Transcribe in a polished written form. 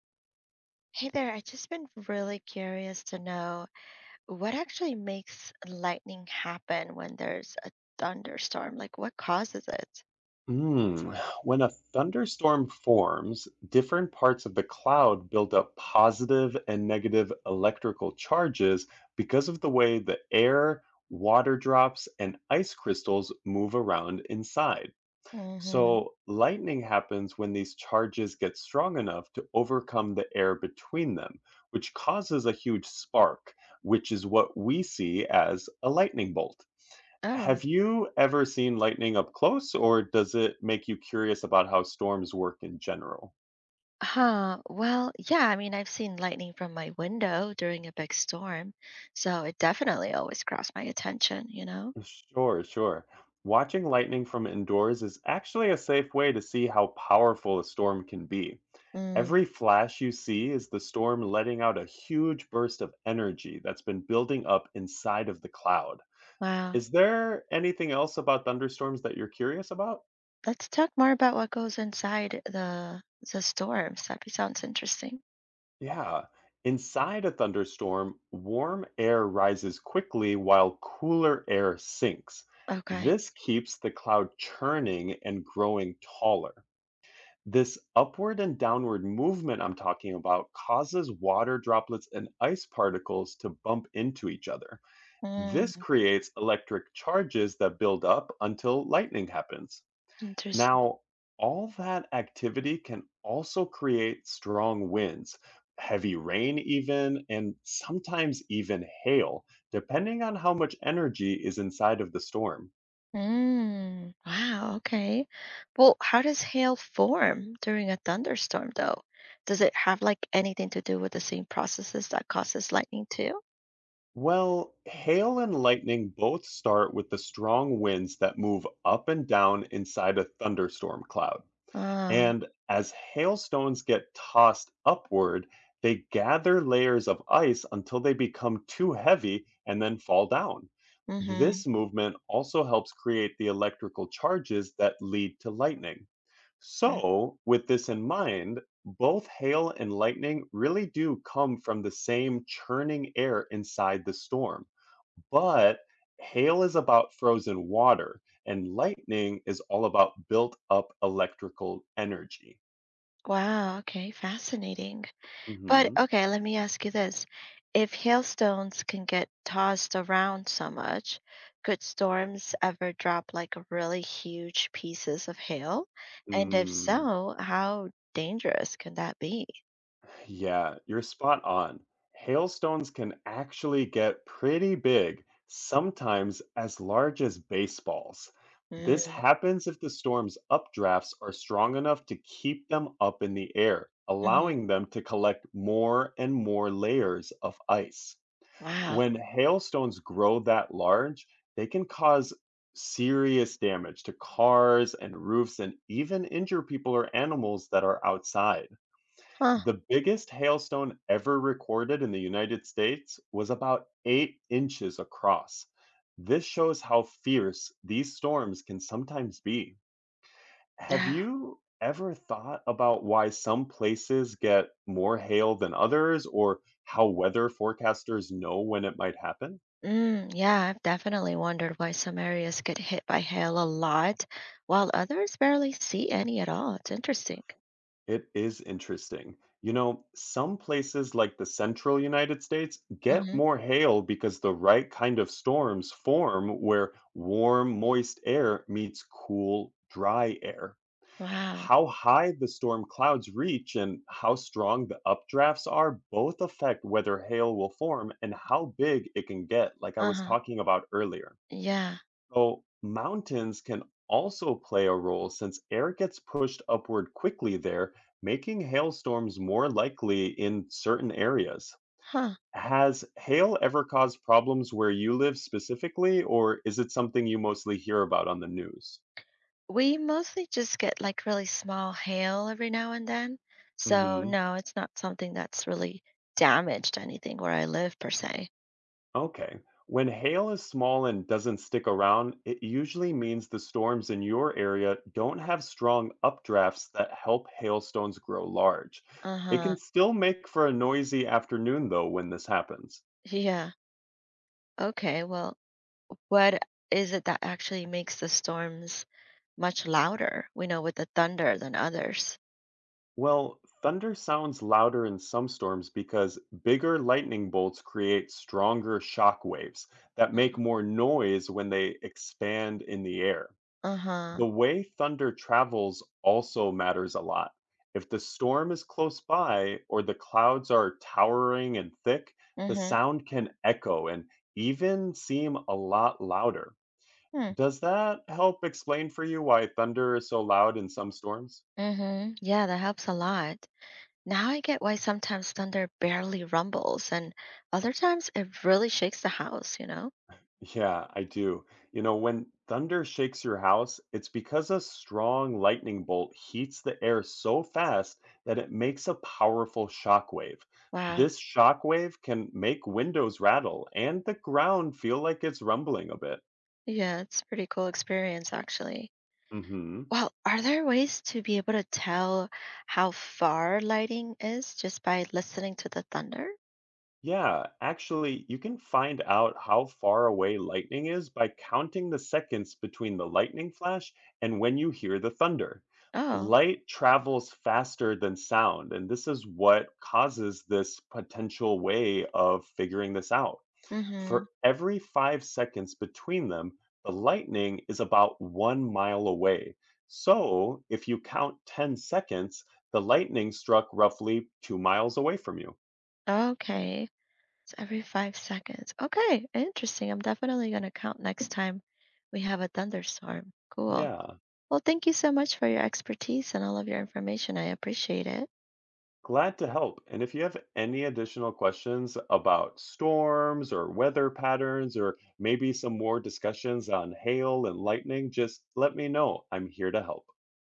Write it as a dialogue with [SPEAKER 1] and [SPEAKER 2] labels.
[SPEAKER 1] Hey there, I've just been really curious to know what actually makes lightning happen when there's a thunderstorm? Like, what causes it?
[SPEAKER 2] Mm. When a thunderstorm forms, different parts of the cloud build up positive and negative electrical charges because of the way the air, water drops, and ice crystals move around inside.
[SPEAKER 1] Hmm.
[SPEAKER 2] So, lightning happens when these charges get strong enough to overcome the air between them, which causes a huge spark, which is what we see as a lightning bolt.
[SPEAKER 1] Oh,
[SPEAKER 2] Have you ever seen lightning up close, or does it make you curious about how storms work in general?
[SPEAKER 1] huh. Well, yeah, I mean, I've seen lightning from my window during a big storm, so it definitely always grabs my attention, you know?
[SPEAKER 2] Sure, sure. Watching lightning from indoors is actually a safe way to see how powerful a storm can be.
[SPEAKER 1] Mm,
[SPEAKER 2] Every flash you see is the storm letting out a huge burst of energy that's been building up inside of the cloud.
[SPEAKER 1] wow.
[SPEAKER 2] Is there anything else about thunderstorms that you're curious about?
[SPEAKER 1] Let's talk more about what goes inside the storms. That sounds interesting.
[SPEAKER 2] Yeah. Inside a thunderstorm, warm air rises quickly while cooler air sinks.
[SPEAKER 1] Okay.
[SPEAKER 2] This keeps the cloud churning and growing taller. This upward and downward movement I'm talking about causes water droplets and ice particles to bump into each other. This
[SPEAKER 1] Mm,
[SPEAKER 2] creates electric charges that build up until lightning happens.
[SPEAKER 1] interesting.
[SPEAKER 2] Now, all that activity can also create strong winds, heavy rain, even, and sometimes even hail, depending on how much energy is inside of the storm.
[SPEAKER 1] Mm, wow, okay. Well, how does hail form during a thunderstorm though? Does it have like anything to do with the same processes that causes lightning too?
[SPEAKER 2] Well, hail and lightning both start with the strong winds that move up and down inside a thunderstorm cloud.
[SPEAKER 1] Oh,
[SPEAKER 2] And as hailstones get tossed upward, they gather layers of ice until they become too heavy and then fall down.
[SPEAKER 1] mm-hmm.
[SPEAKER 2] This movement also helps create the electrical charges that lead to lightning.
[SPEAKER 1] Mm,
[SPEAKER 2] So, with this in mind, both hail and lightning really do come from the same churning air inside the storm. But hail is about frozen water, and lightning is all about built up electrical energy.
[SPEAKER 1] wow, okay, fascinating. But
[SPEAKER 2] Hmm.
[SPEAKER 1] okay, let me ask you this. If hailstones can get tossed around so much, could storms ever drop like really huge pieces of hail? And if
[SPEAKER 2] Mm,
[SPEAKER 1] so, how dangerous can that be?
[SPEAKER 2] yeah, you're spot on. Hailstones can actually get pretty big, sometimes as large as baseballs. This
[SPEAKER 1] Mm.
[SPEAKER 2] happens if the storm's updrafts are strong enough to keep them up in the air,
[SPEAKER 1] Mm-hmm.
[SPEAKER 2] allowing them to collect more and more layers of ice.
[SPEAKER 1] Wow.
[SPEAKER 2] When hailstones grow that large, they can cause serious damage to cars and roofs and even injure people or animals that are outside.
[SPEAKER 1] Huh.
[SPEAKER 2] The biggest hailstone ever recorded in the United States was about 8 inches across. This shows how fierce these storms can sometimes be. Have
[SPEAKER 1] Yeah.
[SPEAKER 2] you ever thought about why some places get more hail than others or how weather forecasters know when it might happen?
[SPEAKER 1] Mm, yeah, I've definitely wondered why some areas get hit by hail a lot while others barely see any at all. It's interesting.
[SPEAKER 2] It is interesting. You know, some places like the central United States get
[SPEAKER 1] Mm-hmm.
[SPEAKER 2] more hail because the right kind of storms form where warm, moist air meets cool, dry air.
[SPEAKER 1] Wow.
[SPEAKER 2] How high the storm clouds reach and how strong the updrafts are both affect whether hail will form and how big it can get, like I was
[SPEAKER 1] Uh-huh.
[SPEAKER 2] talking about earlier.
[SPEAKER 1] Yeah.
[SPEAKER 2] So, mountains can also play a role since air gets pushed upward quickly there, making hailstorms more likely in certain areas.
[SPEAKER 1] Huh.
[SPEAKER 2] Has hail ever caused problems where you live specifically, or is it something you mostly hear about on the news?
[SPEAKER 1] We mostly just get like really small hail every now and then. So no, it's not something that's really damaged anything where I live per se.
[SPEAKER 2] Okay. When hail is small and doesn't stick around, it usually means the storms in your area don't have strong updrafts that help hailstones grow large. It
[SPEAKER 1] Uh-huh.
[SPEAKER 2] can still make for a noisy afternoon, though, when this happens.
[SPEAKER 1] Yeah. Okay. Well, what is it that actually makes the storms much louder, we know, with the thunder than others?
[SPEAKER 2] Well, thunder sounds louder in some storms because bigger lightning bolts create stronger shock waves that
[SPEAKER 1] Uh,
[SPEAKER 2] make more noise when they expand in the air.
[SPEAKER 1] uh-huh.
[SPEAKER 2] The way thunder travels also matters a lot. If the storm is close by or the clouds are towering and thick, the
[SPEAKER 1] Mhm.
[SPEAKER 2] sound can echo and even seem a lot louder.
[SPEAKER 1] Hmm.
[SPEAKER 2] Does that help explain for you why thunder is so loud in some storms?
[SPEAKER 1] Mhm. Yeah, that helps a lot. Now I get why sometimes thunder barely rumbles and other times it really shakes the house, you know?
[SPEAKER 2] Yeah, I do. You know, when thunder shakes your house, it's because a strong lightning bolt heats the air so fast that it makes a powerful shock wave.
[SPEAKER 1] Wow.
[SPEAKER 2] This shock wave can make windows rattle and the ground feel like it's rumbling a bit.
[SPEAKER 1] Yeah, it's a pretty cool experience actually.
[SPEAKER 2] Mhm.
[SPEAKER 1] Well, are there ways to be able to tell how far lighting is just by listening to the thunder?
[SPEAKER 2] Yeah, actually, you can find out how far away lightning is by counting the seconds between the lightning flash and when you hear the thunder.
[SPEAKER 1] Oh.
[SPEAKER 2] Light travels faster than sound, and this is what causes this potential way of figuring this out.
[SPEAKER 1] Mhm.
[SPEAKER 2] For every 5 seconds between them, the lightning is about one mile away. So if you count 10 seconds, the lightning struck roughly 2 miles away from you.
[SPEAKER 1] Okay. It's every 5 seconds. Okay, interesting. I'm definitely going to count next time we have a thunderstorm. Cool.
[SPEAKER 2] Yeah.
[SPEAKER 1] Well, thank you so much for your expertise and all of your information. I appreciate it.
[SPEAKER 2] Glad to help. And if you have any additional questions about storms or weather patterns, or maybe some more discussions on hail and lightning, just let me know. I'm here to help.